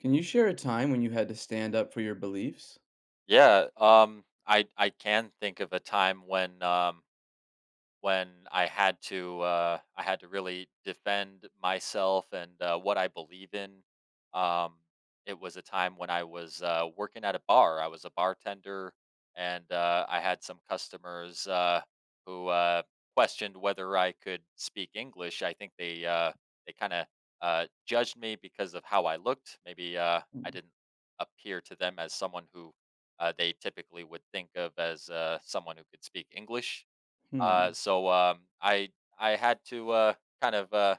Can you share a time when you had to stand up for your beliefs? Yeah, I can think of a time when I had to really defend myself and what I believe in. Um, it was a time when I was working at a bar. I was a bartender, and I had some customers who questioned whether I could speak English. I think they kind of judged me because of how I looked. Maybe I Mm. didn't appear to them as someone who they typically would think of as someone who could speak English, uh, Hmm. so um, I had to kind of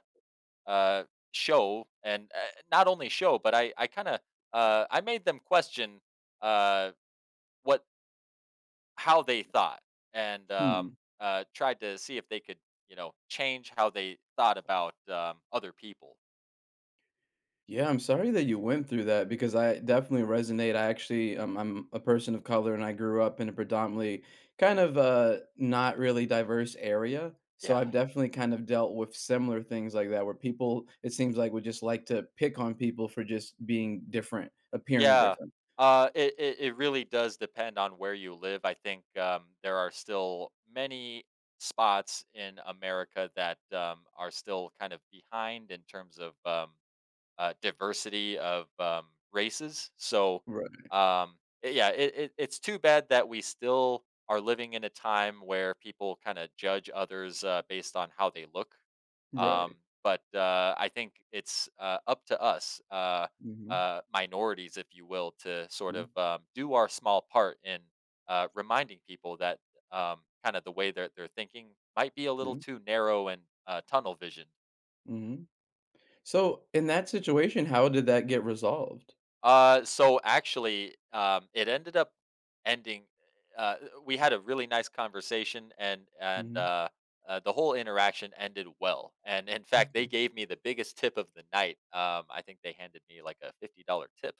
uh, show and, not only show, but I kind of, I made them question uh, what how they thought, and Hmm. um, uh, tried to see if they could, change how they thought about other people. Yeah, I'm sorry that you went through that because I definitely resonate. I actually, I'm a person of color and I grew up in a predominantly kind of not really diverse area. So Yeah. I've definitely kind of dealt with similar things like that where people, it seems like, would just like to pick on people for just being different, appearing Yeah. different. It really does depend on where you live. I think there are still many spots in America that are still kind of behind in terms of diversity of races. So, Right. um, i- yeah, it, it, it's too bad that we still are living in a time where people kind of judge others based on how they look. Right. But I think it's up to us, Hmm. Minorities, if you will, to sort Yeah. of do our small part in reminding people that, kind of, the way that they're thinking might be a little too narrow and, tunnel vision. Hmm. So in that situation, how did that get resolved? So actually, it ended up ending. Uh, we had a really nice conversation, and the whole interaction ended well. And in fact, they Okay. gave me the biggest tip of the night. I think they handed me like a $50 tip.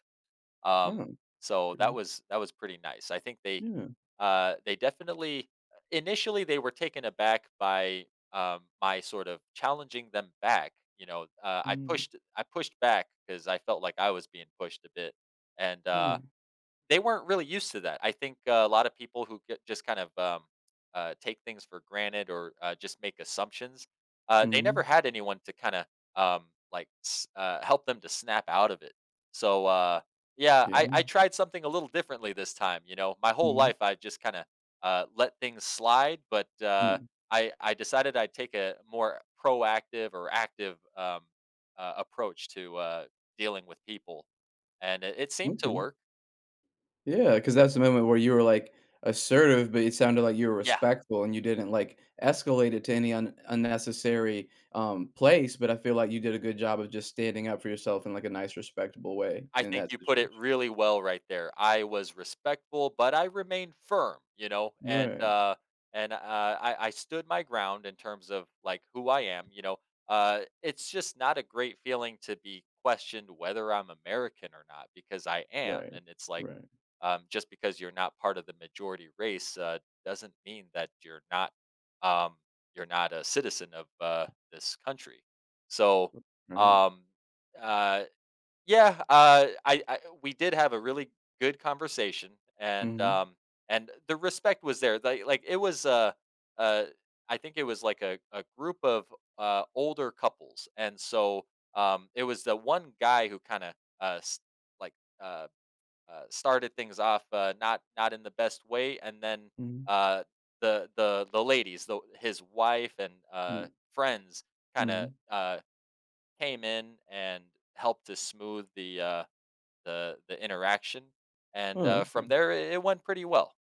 Oh, Um, so okay. that was that was pretty nice. I think they Yeah. uh, they definitely initially they were taken aback by my sort of challenging them back. You know, I Mm, pushed I pushed back because I felt like I was being pushed a bit, and yeah. they weren't really used to that. I think, a lot of people who get just kind of, take things for granted, or just make assumptions, they never Mhm. had anyone to kinda, like, s help them to snap out of it. So, yeah, Yeah. I tried something a little differently this time, you know? My whole Mhm. life, I've just kinda, let things slide, but, Yeah. I decided I'd take a more proactive or active, approach to, dealing with people, and it seemed to Okay. work. Yeah, 'cause that's the moment where you were, like, assertive, but it sounded like you were Yeah. respectful and you didn't, like, escalate it to any un unnecessary, place, but I feel like you did a good job of just standing up for yourself in, like, a nice, respectable way I in think that you put it situation. really well right there. I was respectful, but I remained firm, you know, and Right. uh, and uh, I stood my ground in terms of like who I am. You know, it's just not a great feeling to be questioned whether I'm American or not, because I am. Right. And it's like, Right. Just because you're not part of the majority race, doesn't mean that you're not, um, you're not a citizen of this country. So Right. um, uh, yeah, I we did have a really good conversation, and Mhm. um, and the respect was there. Like it was uh, I think it was like a group of older couples, and so it was the one guy who kind of, uh, s- like uh, started things off not not in the best way, and then Mhm. uh, the, the ladies, the, his wife and Yeah. friends, kind of Mhm. Came in and helped to smooth the, the interaction, and, Oh, from okay. there, it went pretty well.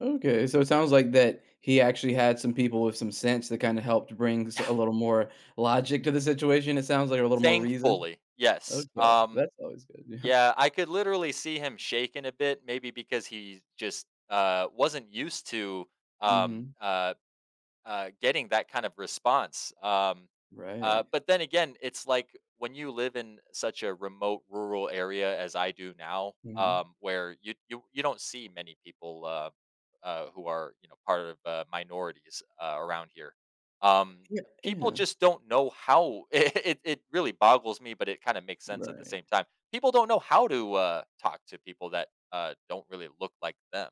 Okay, so it sounds like that he actually had some people with some sense that kinda helped bring s a little more logic to the situation, it sounds like, or a little more reason. Thankfully, yes. Okay, that's always good, yeah. Yeah, I could literally see him shaking a bit, maybe because he just, wasn't used to, um, Mhm. uh, getting that kind of response. um Uh, Right. but then again, it's like when you live in such a remote rural area as I do now, Mhm. Where you don't see many people who are, you know, part of minorities around here. Um, Yeah, People yeah, just don't know how. It really boggles me, but it kind of makes sense at the right. same time. People don't know how to talk to people that don't really look like them.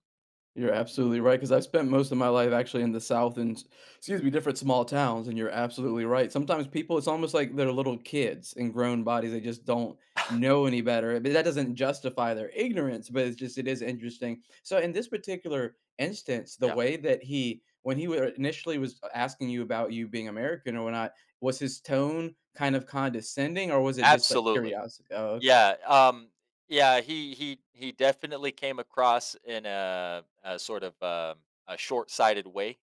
You're absolutely right because 'cause I've spent most of my life actually in the South and s excuse me, different small towns, and you're absolutely right. Sometimes people it's almost like they're little kids in grown bodies, they just don't know any better, but that doesn't justify their ignorance, but it's just it is interesting. So, in this particular instance, the Yeah, way that he when he were initially was asking you about you being American or not, was his tone kind of condescending, or was it just, like, absolutely. curiosity? Oh, okay. Yeah, yeah, he definitely came across in a sort of, a short-sighted way,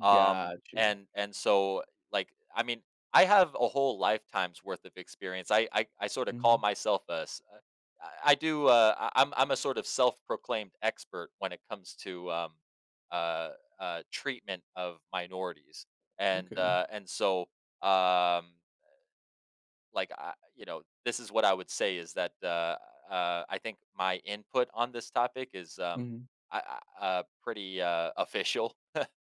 um, Got you. and and so like I mean, I have a whole lifetime's worth of experience. I sort of call Mhm. myself a s- I do I- I'm a sort of self-proclaimed expert when it comes to uh, treatment of minorities, Okay. And so. Um, I, you know, this is what I would say, is that, I think my input on this topic is, Mhm. I I pretty, official.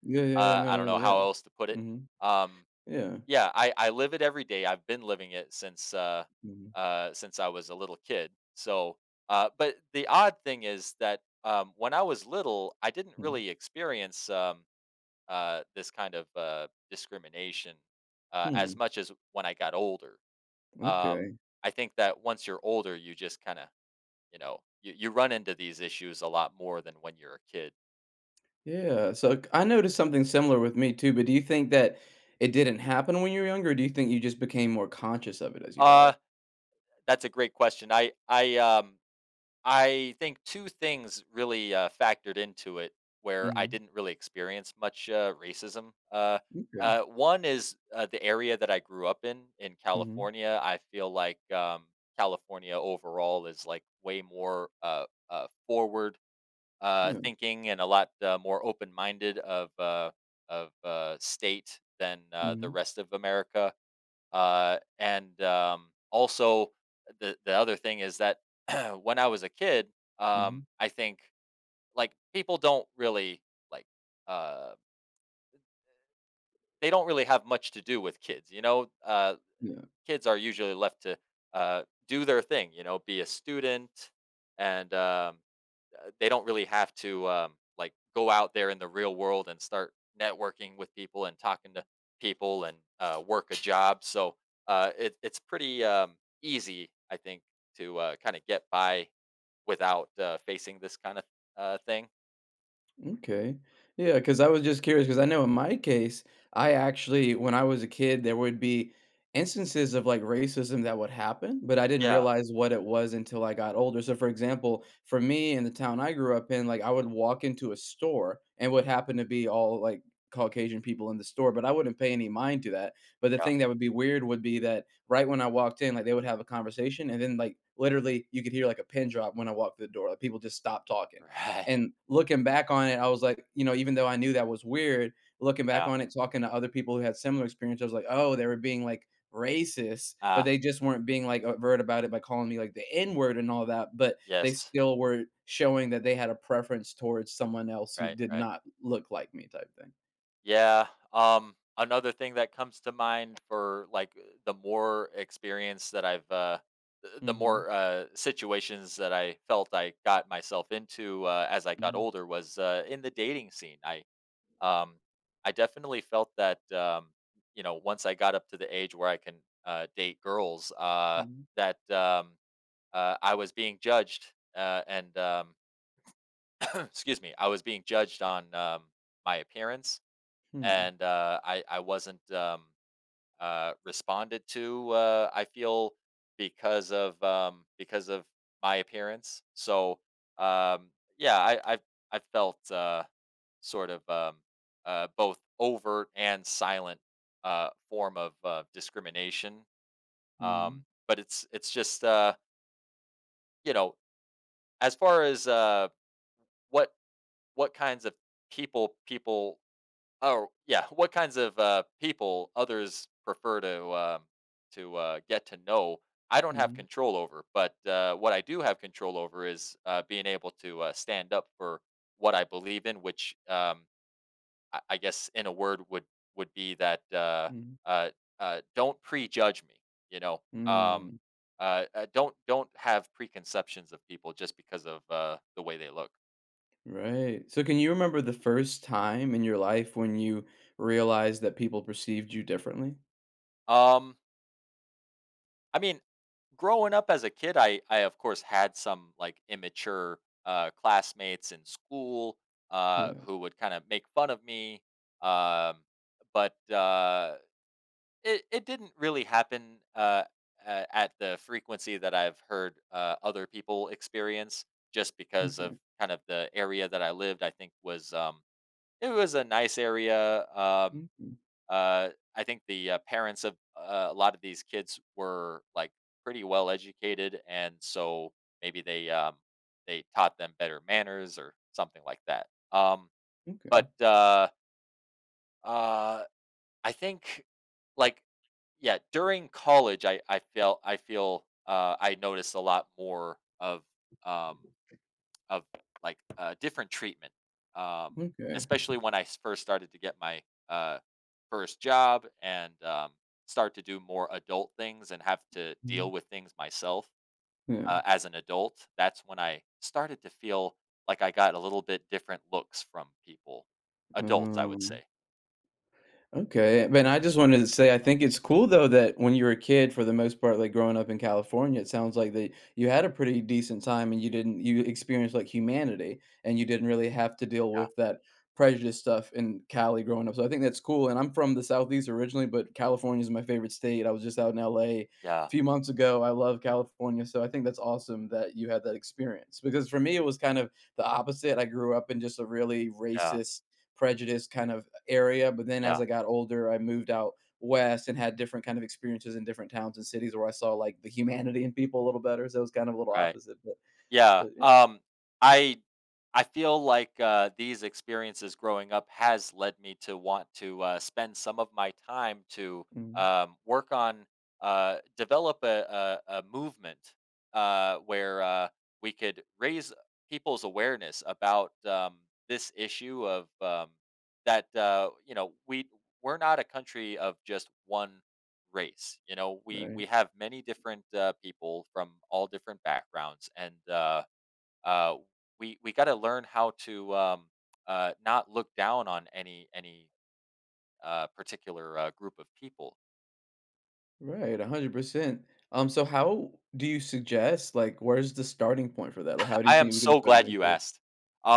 Yeah, yeah, yeah, I no, don't no, know how yeah. else to put it. Mhm. Um, Yeah. yeah, I live it every day. I've been living it Mhm, since I was a little kid. But the odd thing is that, when I was little, I didn't mhm. really experience, this kind of, discrimination, Hmm, as much as when I got older. Um, okay. I think that once you're older, you just kind of, you know, you run into these issues a lot more than when you're a kid. Yeah, so, c I noticed something similar with me too, but do you think that it didn't happen when you were younger, or do you think you just became more conscious of it as you got Uh, ol. that's a great question. I think two things really factored into it, where I Mhm. didn't really experience much racism. Okay. One is the area that I grew up in Mhm. California. I feel like California overall is like way more forward Yeah. thinking and a lot more open-minded of, state than the Mhm. rest of America. And also, the other thing is that, when I was a kid, Mhm. I think, like, people don't really, like uh, they don't really have much to do with kids. You know, Yeah. kids are usually left to do their thing. You know, be a student, and they don't really have to, like, go out there in the real world and start networking with people and talking to people and work a job. So it's pretty easy, I think, to kind of get by without facing this kind of thing. Okay. Yeah, because I was just curious because I know in my case, when I was a kid, there would be instances of like racism that would happen, but I didn't Yeah, realize what it was until I got older. So, for example, for me in the town I grew up in, like I would walk into a store and would happen to be all like Caucasian people in the store, but I wouldn't pay any mind to that. But the yeah, thing that would be weird would be that right when I walked in, like they would have a conversation and then like literally you could hear like a pin drop when I walked through the door. Like people just stopped talking right, and looking back on it, I was like, you know, even though I knew that was weird, looking back yeah, on it, talking to other people who had similar experience, I was like, "Oh, they were being, like, racist, but ah, they just weren't being, like, overt about it by calling me, like, the N word and all that, but they yes, still were showing that they had a preference towards someone else who right, did right. not look like me," type thing. Yeah. Another thing that comes to mind for, like, the more experience that I've, the Mhm. more situations that I felt I got myself into as I got Mhm. older was, in the dating scene. Um, I definitely felt that, you know, once I got up to the age where I can date girls, Mhm. that I was being judged, and, excuse me, I was being judged on my appearance, Hmm. and I wasn't, responded to. I feel, because of, because of my appearance. So um, yeah, I felt, sort of, both overt and silent form of discrimination. Um, Mhm. but it's it's just you know, as far as, what what kinds of people. Oh, yeah. What kinds of people others prefer to, get to know? I don't have Mhm. control over, but what I do have control over is being able to stand up for what I believe in, which, I guess, in a word, would be that, Mhm. uh, don't prejudge me. You know, um, Mm. Don't have preconceptions of people just because of the way they look. Right. So, can you remember the first time in your life when you realized that people perceived you differently? Um, I mean, growing up as a kid, I of course had some, like, immature classmates in school Yeah, who would kind of make fun of me, um, but it didn't really happen at the frequency that I've heard other people experience, just because of okay, kind of the area that I lived. I think was, it was a nice area. Mhm, uh, I think the parents of a lot of these kids were, like, pretty well educated, and so maybe they, they taught them better manners or something like that. Okay, But uh, I think, like, yeah, during college, I feel I noticed a lot more of, um, of, like, a different treatment, um, okay, especially when I s first started to get my, uh, first job and, start to do more adult things and have to mhm, deal with things myself, yeah, as an adult. That's when I started to feel like I got a little bit different looks from people. Adults, I would um say. okay. But I just wanted to say I think it's cool though that when you were a kid, for the most part, like growing up in California, it sounds like that you had a pretty decent time and you didn't you experienced like humanity and you didn't really have to deal Yeah. with that prejudice stuff in Cali growing up. So I think that's cool. And I'm from the Southeast originally, but California is my favorite state. I was just out in LA a Yeah. few months ago. I love California. So I think that's awesome that you had that experience. Because for me it was kind of the opposite. I grew up in just a really Yeah. racist prejudice kind of area. But then as Yeah. I got older, I moved out west and had different kind of experiences in different towns and cities where I saw like the humanity in people a little better. So it was kind of a little Right. opposite, but Yeah, but yeah. um, I I feel like, these experiences growing up has led me to want to, spend some of my time to, Mhm. Work on, develop a movement, where we could raise people's awareness about, this issue of, that, you know, we're not a country of just one race. You know, we Right, we have many different people from all different backgrounds, and uh, we got to learn how to, not look down on any particular group of people. right, 100%. So how do you suggest like where's the starting point for that? Like, how do you I am think we can so start glad moving you forward? asked.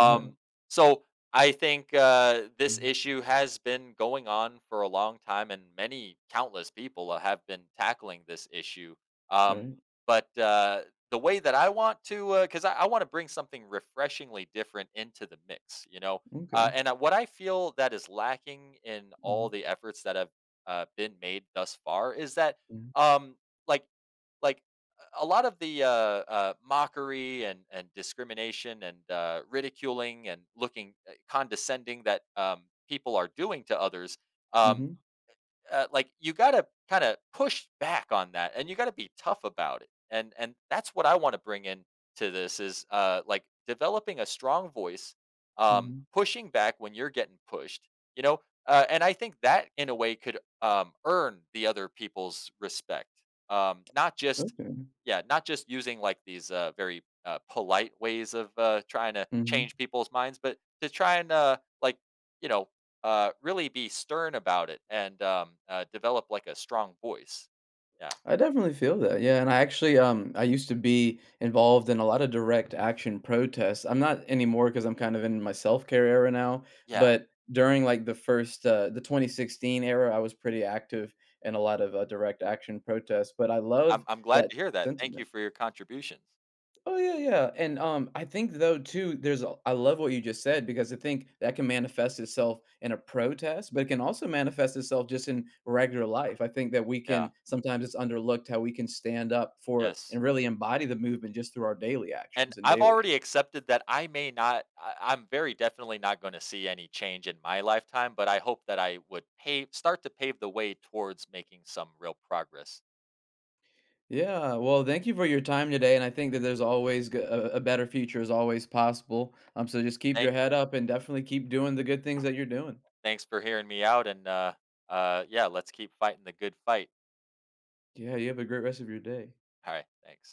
Uh-huh. so, I think this Mhm. issue has been going on for a long time, and many countless people have been tackling this issue. Um, Right. but the way that I want to, because I want to bring something refreshingly different into the mix, you know. Uh, Okay. and uh, what I feel that is lacking in Mm-hmm. all the efforts that have been made thus far is that, Mm-hmm. um, like like a lot of the mockery and discrimination and ridiculing and looking condescending that people are doing to others. Um, Mm-hmm. Like, you got to kind of push back on that, and you got to be tough about it, and that's what I want to bring in to this is, like developing a strong voice, Mm-hmm. pushing back when you're getting pushed, you know, and I think that in a way could earn the other people's respect, not just, Okay. yeah, not just using like these very polite ways of trying to Mm-hmm. change people's minds, but to try and, like you know really be stern about it and develop, like, a strong voice. Yeah, I definitely feel that. Yeah, and I actually I used to be involved in a lot of direct action protests. I'm not anymore because I'm kind of in my self-care era now, yeah. but during like the first the 2016 era, I was pretty active in a lot of direct action protests, but I love I'm glad that to hear that. Thank you sentiment. for your contributions. Oh yeah, yeah, and, I think though too, there's a I love what you just said because I think that can manifest itself in a protest, but it can also manifest itself just in regular life. I think that we Yeah. can sometimes it's underlooked how we can stand up for and Yes. really embody the movement just through our daily And actions and I've daily. already accepted that I may not. I'm very definitely not going to see any change in my lifetime, but I hope that I would pave start to pave the way towards making some real progress. Yeah, well, thank you for your time today, and I think that there's always g a better future is always possible, so just keep your Thank you. head up and definitely keep doing the good things that you're doing. Thanks for hearing me out, and yeah, let's keep fighting the good fight. Yeah, you have a great rest of your day. All right. Thanks.